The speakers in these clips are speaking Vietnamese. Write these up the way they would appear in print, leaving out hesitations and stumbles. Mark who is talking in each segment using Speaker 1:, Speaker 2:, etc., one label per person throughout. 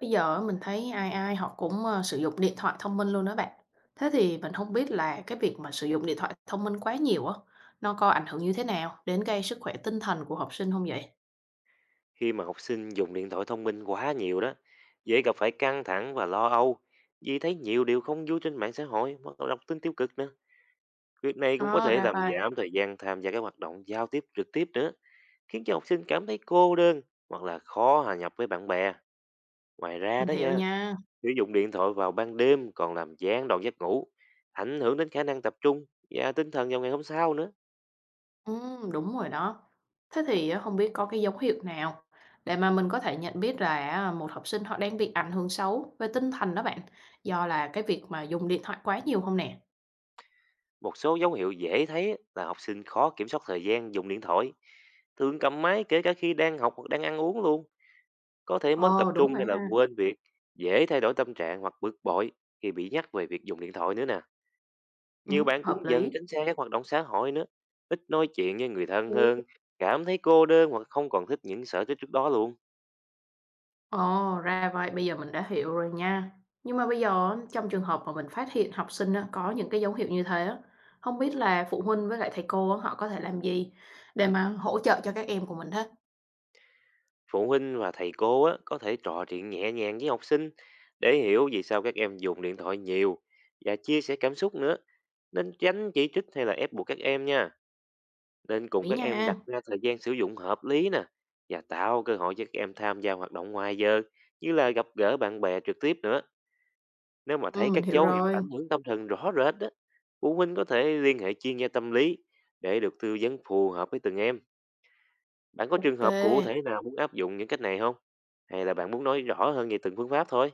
Speaker 1: Bây giờ á mình thấy ai ai họ cũng, sử dụng điện thoại thông minh luôn đó bạn. Thế thì mình không biết là cái việc mà sử dụng điện thoại thông minh quá nhiều á, nó có ảnh hưởng như thế nào đến cái sức khỏe tinh thần của học sinh không vậy?
Speaker 2: Khi mà học sinh dùng điện thoại thông minh quá nhiều đó, dễ gặp phải căng thẳng và lo âu, vì thấy nhiều điều không vui trên mạng xã hội hoặc là đọc tin tiêu cực nữa. Việc này cũng có
Speaker 1: Ờ,
Speaker 2: thể
Speaker 1: ra
Speaker 2: làm
Speaker 1: vậy,
Speaker 2: giảm thời gian tham gia các hoạt động giao tiếp trực tiếp nữa, khiến cho học sinh cảm thấy cô đơn hoặc là khó hòa nhập với bạn bè. Ngoài ra
Speaker 1: mình
Speaker 2: đó
Speaker 1: hiểu
Speaker 2: nha,
Speaker 1: nha.
Speaker 2: sử dụng điện thoại vào ban đêm còn làm gián đoạn giấc ngủ, ảnh hưởng đến khả năng tập trung và tinh thần vào ngày hôm sau nữa.
Speaker 1: Đúng rồi đó. Thế thì á hông biết có cái dấu hiệu nào để mà mình có thể nhận biết là à, một học sinh họ đang bị ảnh hưởng xấu về tinh thần đó bạn, do là cái việc mà dùng điện thoại quá nhiều không nè?
Speaker 2: Một số dấu hiệu dễ thấy là học sinh khó kiểm soát thời gian dùng điện thoại, thường cầm máy kể cả khi đang học hoặc đang ăn uống luôn, có thể mất tập
Speaker 1: Ờ, đúng
Speaker 2: trung hay
Speaker 1: rồi
Speaker 2: là
Speaker 1: ha.
Speaker 2: quên việc, dễ thay đổi tâm trạng hoặc bực bội khi bị nhắc về việc dùng điện thoại nữa nè. Nhiều bạn
Speaker 1: Hợp
Speaker 2: cũng dần
Speaker 1: lý.
Speaker 2: tránh xa các hoạt động xã hội nữa, ít nói chuyện với người thân hơn, cảm thấy cô đơn hoặc không còn thích những sở thích trước đó luôn.
Speaker 1: Ồ, ra vậy, bây giờ mình đã hiểu rồi nha. Nhưng mà bây giờ á, trong trường hợp mà mình phát hiện học sinh á, có những cái dấu hiệu như thế á, không biết là phụ huynh với lại thầy cô á, họ có thể làm gì để mà hỗ trợ cho các em của mình thế.
Speaker 2: Phụ huynh và thầy cô á, có thể trò chuyện nhẹ nhàng với học sinh để hiểu vì sao các em dùng điện thoại nhiều và chia sẻ cảm xúc nữa. Nên tránh chỉ trích hay là ép buộc các em nha. Nên cùng
Speaker 1: Ý
Speaker 2: các
Speaker 1: nha.
Speaker 2: em đặt ra thời gian sử dụng hợp lý nè, và tạo cơ hội cho các em tham gia hoạt động ngoài giờ như là gặp gỡ bạn bè trực tiếp nữa. Nếu mà
Speaker 1: Ừ,
Speaker 2: thấy
Speaker 1: mình
Speaker 2: các
Speaker 1: hiểu
Speaker 2: dấu hiệu
Speaker 1: rồi.
Speaker 2: ảnh hưởng tâm thần rõ rệt đó, phụ huynh có thể liên hệ chuyên gia tâm lý để được tư vấn phù hợp với từng em. Bạn có trường
Speaker 1: Ok.
Speaker 2: hợp cụ thể nào muốn áp dụng những cách này không? Hay là bạn muốn nói rõ hơn về từng phương pháp thôi?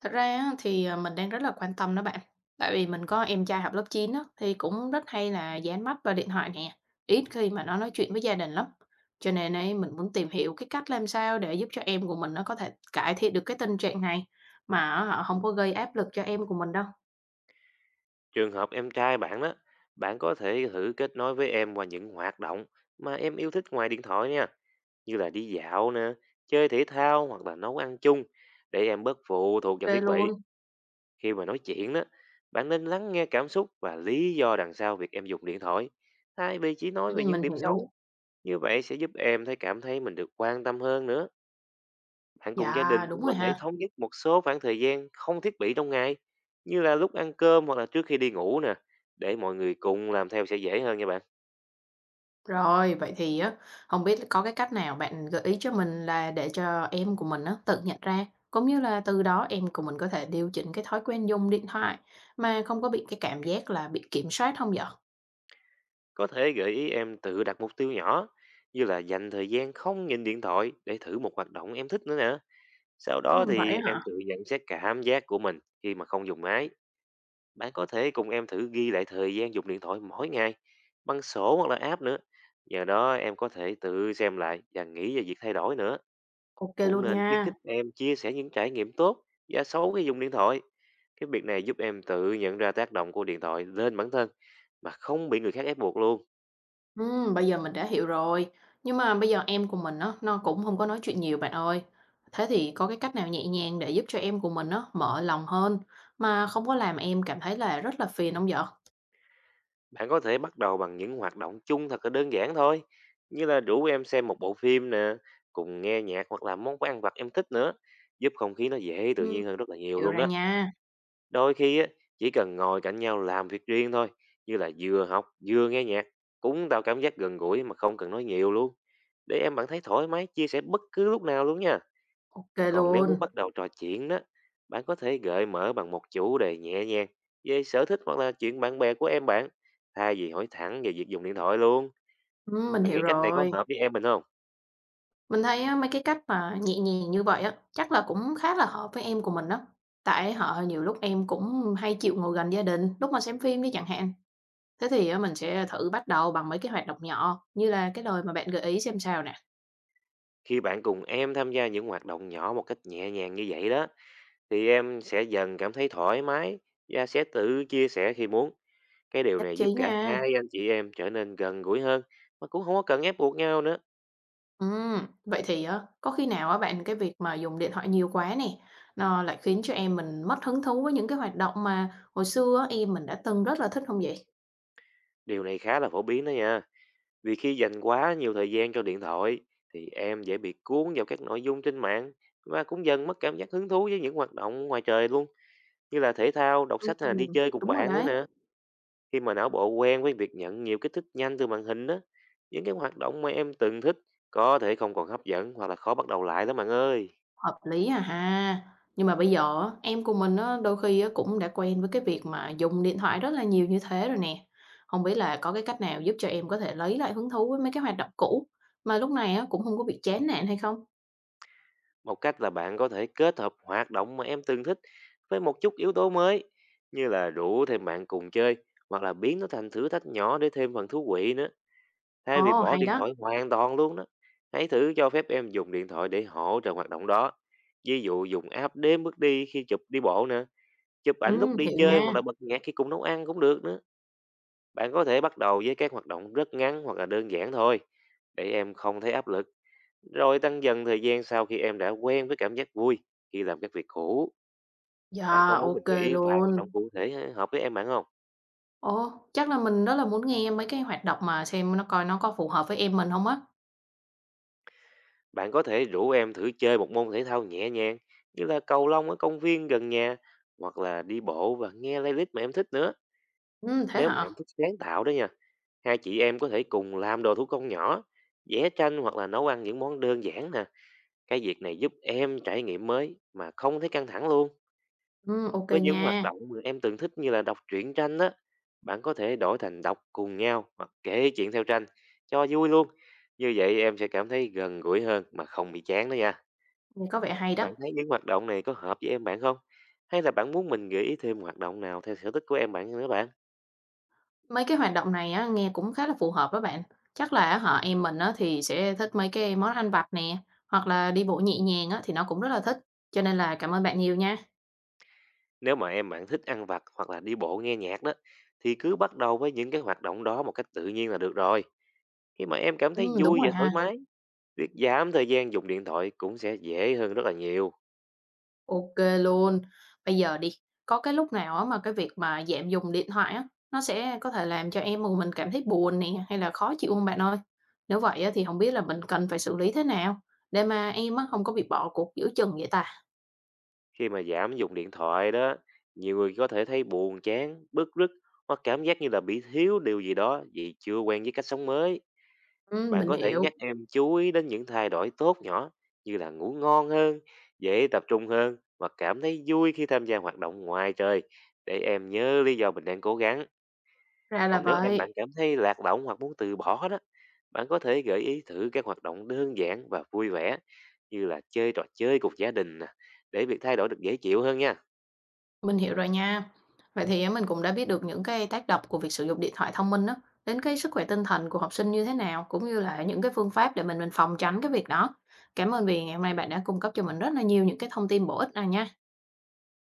Speaker 1: Thật ra á thì, mình đang rất là quan tâm đó bạn, tại vì mình có em trai học lớp 9 á, thì cũng rất hay là dán mắt vào điện thoại nè, ít khi mà nó nói chuyện với gia đình lắm. Cho nên ấy mình muốn tìm hiểu cái cách làm sao để giúp cho em của mình nó có thể cải thiện được cái tình trạng này, mà á hả có gây áp lực cho em của mình đâu.
Speaker 2: Trường hợp em trai bạn đó, bạn có thể thử kết nối với em qua những hoạt động mà em yêu thích ngoài điện thoại nha, như là đi dạo nè, chơi thể thao hoặc là nấu ăn chung, để em bớt phụ thuộc vào
Speaker 1: Kê
Speaker 2: thiết
Speaker 1: luôn.
Speaker 2: bị. Khi mà nói chuyện đó, bạn nên lắng nghe cảm xúc và lý do đằng sau việc em dùng điện thoại, thay vì chỉ nói về
Speaker 1: Mình
Speaker 2: những điểm
Speaker 1: hiểu.
Speaker 2: xấu. Như vậy sẽ giúp em thấy cảm thấy mình được quan tâm hơn nữa. Bạn cùng gia
Speaker 1: Dạ,
Speaker 2: đình
Speaker 1: đúng
Speaker 2: cũng
Speaker 1: rồi
Speaker 2: có thể
Speaker 1: ha.
Speaker 2: thống nhất một số khoảng thời gian không thiết bị trong ngày, như là lúc ăn cơm hoặc là trước khi đi ngủ nè, để mọi người cùng làm theo sẽ dễ hơn nha bạn.
Speaker 1: Rồi, vậy thì á, không biết có cái cách nào bạn gợi ý cho mình là để cho em của mình á tự nhận ra, cũng như là từ đó em của mình có thể điều chỉnh cái thói quen dùng điện thoại mà không có bị cái cảm giác là bị kiểm soát không vậy?
Speaker 2: Có thể gợi ý em tự đặt mục tiêu nhỏ, như là dành thời gian không nhìn điện thoại để thử một hoạt động em thích nữa nè. Sau đó
Speaker 1: Vậy
Speaker 2: thì em
Speaker 1: hả?
Speaker 2: tự nhận xét cảm giác của mình khi mà không dùng máy. Bạn có thể cùng em thử ghi lại thời gian dùng điện thoại mỗi ngày bằng sổ hoặc là app nữa. Nhờ đó em có thể tự xem lại và nghĩ về việc thay đổi nữa.
Speaker 1: Ok
Speaker 2: Cũng
Speaker 1: luôn
Speaker 2: nên khuyến
Speaker 1: nha.
Speaker 2: khích em chia sẻ những trải nghiệm tốt và xấu khi dùng điện thoại. Cái việc này giúp em tự nhận ra tác động của điện thoại lên bản thân mà không bị người khác ép buộc luôn.
Speaker 1: Bây giờ mình đã hiểu rồi, nhưng mà bây giờ em của mình á, nó cũng không có nói chuyện nhiều bạn ơi. Thế thì có cái cách nào nhẹ nhàng để giúp cho em của mình á mở lòng hơn mà không có làm em cảm thấy là rất là phiền không vậy?
Speaker 2: Bạn có thể bắt đầu bằng những hoạt động chung thật là đơn giản thôi, như là rủ em xem một bộ phim nè, cùng nghe nhạc hoặc là món ăn vặt em thích nữa, giúp không khí nó dễ tự
Speaker 1: Ừm,
Speaker 2: nhiên hơn rất là nhiều
Speaker 1: hiểu
Speaker 2: luôn
Speaker 1: ra
Speaker 2: đó.
Speaker 1: nha.
Speaker 2: Đôi khi á, chỉ cần ngồi cạnh nhau làm việc riêng thôi, như là vừa học vừa nghe nhạc, cũng tạo cảm giác gần gũi mà không cần nói nhiều luôn. Để em bạn thấy thoải mái chia sẻ bất cứ lúc nào luôn nha.
Speaker 1: Ok
Speaker 2: Còn nếu
Speaker 1: luôn.
Speaker 2: muốn bắt đầu trò chuyện đó, bạn có thể gợi mở bằng một chủ đề nhẹ nhàng về sở thích hoặc là chuyện bạn bè của em bạn, thay vì hỏi thẳng về việc dùng điện thoại luôn.
Speaker 1: Mình
Speaker 2: Bạn
Speaker 1: hiểu
Speaker 2: nghĩ cách này có
Speaker 1: rồi.
Speaker 2: hợp với em mình không?
Speaker 1: Mình thấy á, mấy cái cách mà nhẹ nhàng như vậy á, chắc là cũng khá là hợp với em của mình đó. Tại họ nhiều lúc em cũng hay chịu ngồi gần gia đình, lúc mà xem phim đi chẳng hạn. Thế thì á, mình sẽ thử bắt đầu bằng mấy cái hoạt động nhỏ, như là cái lời mà bạn gợi ý xem sao nè.
Speaker 2: Khi bạn cùng em tham gia những hoạt động nhỏ một cách nhẹ nhàng như vậy đó, thì em sẽ dần cảm thấy thoải mái và sẽ tự chia sẻ khi muốn. Cái điều
Speaker 1: Nhất
Speaker 2: này giúp
Speaker 1: trí
Speaker 2: cả
Speaker 1: nha.
Speaker 2: hai anh chị em trở nên gần gũi hơn mà cũng không có cần ép buộc nhau nữa.
Speaker 1: Vậy thì á, có khi nào á bạn cái việc mà dùng điện thoại nhiều quá nè, nó lại khiến cho em mình mất hứng thú với những cái hoạt động mà hồi xưa á, em mình đã từng rất là thích không vậy?
Speaker 2: Điều này khá là phổ biến đó nha. Vì khi dành quá nhiều thời gian cho điện thoại thì em dễ bị cuốn vào các nội dung trên mạng và cũng dần mất cảm giác hứng thú với những hoạt động ngoài trời luôn, như là thể thao, đọc sách hay là
Speaker 1: Ừm,
Speaker 2: đi chơi cùng
Speaker 1: đúng rồi
Speaker 2: bạn nữa
Speaker 1: đấy.
Speaker 2: nè. Khi mà não bộ quen với việc nhận nhiều kích thích nhanh từ màn hình đó, những cái hoạt động mà em từng thích có thể không còn hấp dẫn hoặc là khó bắt đầu lại đó bạn ơi.
Speaker 1: Hợp lý à ha. Nhưng mà bây giờ á, em của mình á, đôi khi á, cũng đã quen với cái việc mà dùng điện thoại rất là nhiều như thế rồi nè. Không biết là có cái cách nào giúp cho em có thể lấy lại hứng thú với mấy cái hoạt động cũ mà lúc này á, cũng không có bị chán nản hay không?
Speaker 2: Một cách là bạn có thể kết hợp hoạt động mà em từng thích với một chút yếu tố mới, như là rủ thêm bạn cùng chơi hoặc là biến nó thành thử thách nhỏ để thêm phần thú vị nữa. Thay vì
Speaker 1: Ồ,
Speaker 2: bỏ
Speaker 1: hay
Speaker 2: điện
Speaker 1: đó.
Speaker 2: thoại hoàn toàn luôn đó, hãy thử cho phép em dùng điện thoại để hỗ trợ hoạt động đó. Ví dụ dùng app đếm bước đi khi chụp đi bộ nè, chụp ảnh lúc
Speaker 1: Ừ,
Speaker 2: đi
Speaker 1: hiểu
Speaker 2: chơi
Speaker 1: nha.
Speaker 2: hoặc là bật nhạc khi cùng nấu ăn cũng được nữa. Bạn có thể bắt đầu với các hoạt động rất ngắn hoặc là đơn giản thôi, để em không thấy áp lực. Rồi tăng dần thời gian sau khi em đã quen với cảm giác vui khi làm các việc cũ. Bạn có
Speaker 1: Dạ,
Speaker 2: muốn mình
Speaker 1: ok
Speaker 2: nghĩ vài hoạt động
Speaker 1: luôn.
Speaker 2: cụ thể hợp với em bạn không?
Speaker 1: Ồ, chắc là mình rất là muốn nghe mấy cái hoạt động mà xem nó coi nó có phù hợp với em mình không á.
Speaker 2: Bạn có thể rủ em thử chơi một môn thể thao nhẹ nhàng như là cầu lông ở công viên gần nhà, hoặc là đi bộ và nghe playlist mà em thích nữa.
Speaker 1: Ừ, thế
Speaker 2: Nếu mà
Speaker 1: hả?
Speaker 2: em thích sáng tạo đó nha, hai chị em có thể cùng làm đồ thủ công nhỏ, vẽ tranh hoặc là nấu ăn những món đơn giản nè. Cái việc này giúp em trải nghiệm mới mà không thấy căng thẳng luôn.
Speaker 1: Ừ, ok
Speaker 2: Với những hoạt
Speaker 1: nha.
Speaker 2: động mà em từng thích như là đọc truyện tranh đó, bạn có thể đổi thành đọc cùng nhau hoặc kể chuyện theo tranh cho vui luôn. Như vậy em sẽ cảm thấy gần gũi hơn mà không bị chán đó nha.
Speaker 1: Nghe có vẻ hay đó.
Speaker 2: Bạn thấy những hoạt động này có hợp với em bạn không? Hay là bạn muốn mình gợi ý thêm hoạt động nào theo sở thích của em bạn nữa bạn?
Speaker 1: Mấy cái hoạt động này á, nghe cũng khá là phù hợp đó bạn. Chắc là á hả, em mình á, thì sẽ thích mấy cái món ăn vặt nè, hoặc là đi bộ nhẹ nhàng á, thì nó cũng rất là thích. Cho nên là cảm ơn bạn nhiều nha.
Speaker 2: Nếu mà em bạn thích ăn vặt hoặc là đi bộ nghe nhạc đó, thì cứ bắt đầu với những cái hoạt động đó một cách tự nhiên là được rồi. Khi mà em cảm thấy
Speaker 1: Đúng
Speaker 2: vui
Speaker 1: rồi
Speaker 2: và
Speaker 1: ha.
Speaker 2: thoải mái, việc giảm thời gian dùng điện thoại cũng sẽ dễ hơn rất là nhiều.
Speaker 1: Ok luôn. Bây giờ đi, có cái lúc nào á, mà cái việc mà giảm dùng điện thoại á, nó sẽ có thể làm cho em của mình cảm thấy buồn nè, hay là khó chịu hông bạn ơi? Nếu vậy á, thì không biết là mình cần phải xử lý thế nào để mà em á, không có bị bỏ cuộc giữa chừng vậy ta?
Speaker 2: Khi mà giảm dùng điện thoại đó, nhiều người có thể thấy buồn chán, bức rứt hoặc cảm giác như là bị thiếu điều gì đó vì chưa quen với cách sống mới. Bạn
Speaker 1: Mình
Speaker 2: có thể
Speaker 1: hiểu,
Speaker 2: nhắc em chú ý đến những thay đổi tốt nhỏ như là ngủ ngon hơn, dễ tập trung hơn và cảm thấy vui khi tham gia hoạt động ngoài trời, để em nhớ lý do mình đang cố gắng.
Speaker 1: ra là
Speaker 2: Còn nếu em bạn
Speaker 1: vậy.
Speaker 2: cảm thấy lạc lõng hoặc muốn từ bỏ đó, bạn có thể gợi ý thử các hoạt động đơn giản và vui vẻ như là chơi trò chơi cùng gia đình nè, để việc thay đổi được dễ chịu hơn nha.
Speaker 1: Mình hiểu rồi nha. Vậy thì á, mình cũng đã biết được những cái tác động của việc sử dụng điện thoại thông minh đó đến cái sức khỏe tinh thần của học sinh như thế nào, cũng như là những cái phương pháp để mình phòng tránh cái việc đó. Cảm ơn vì ngày hôm nay bạn đã cung cấp cho mình rất là nhiều những cái thông tin bổ ích này nha.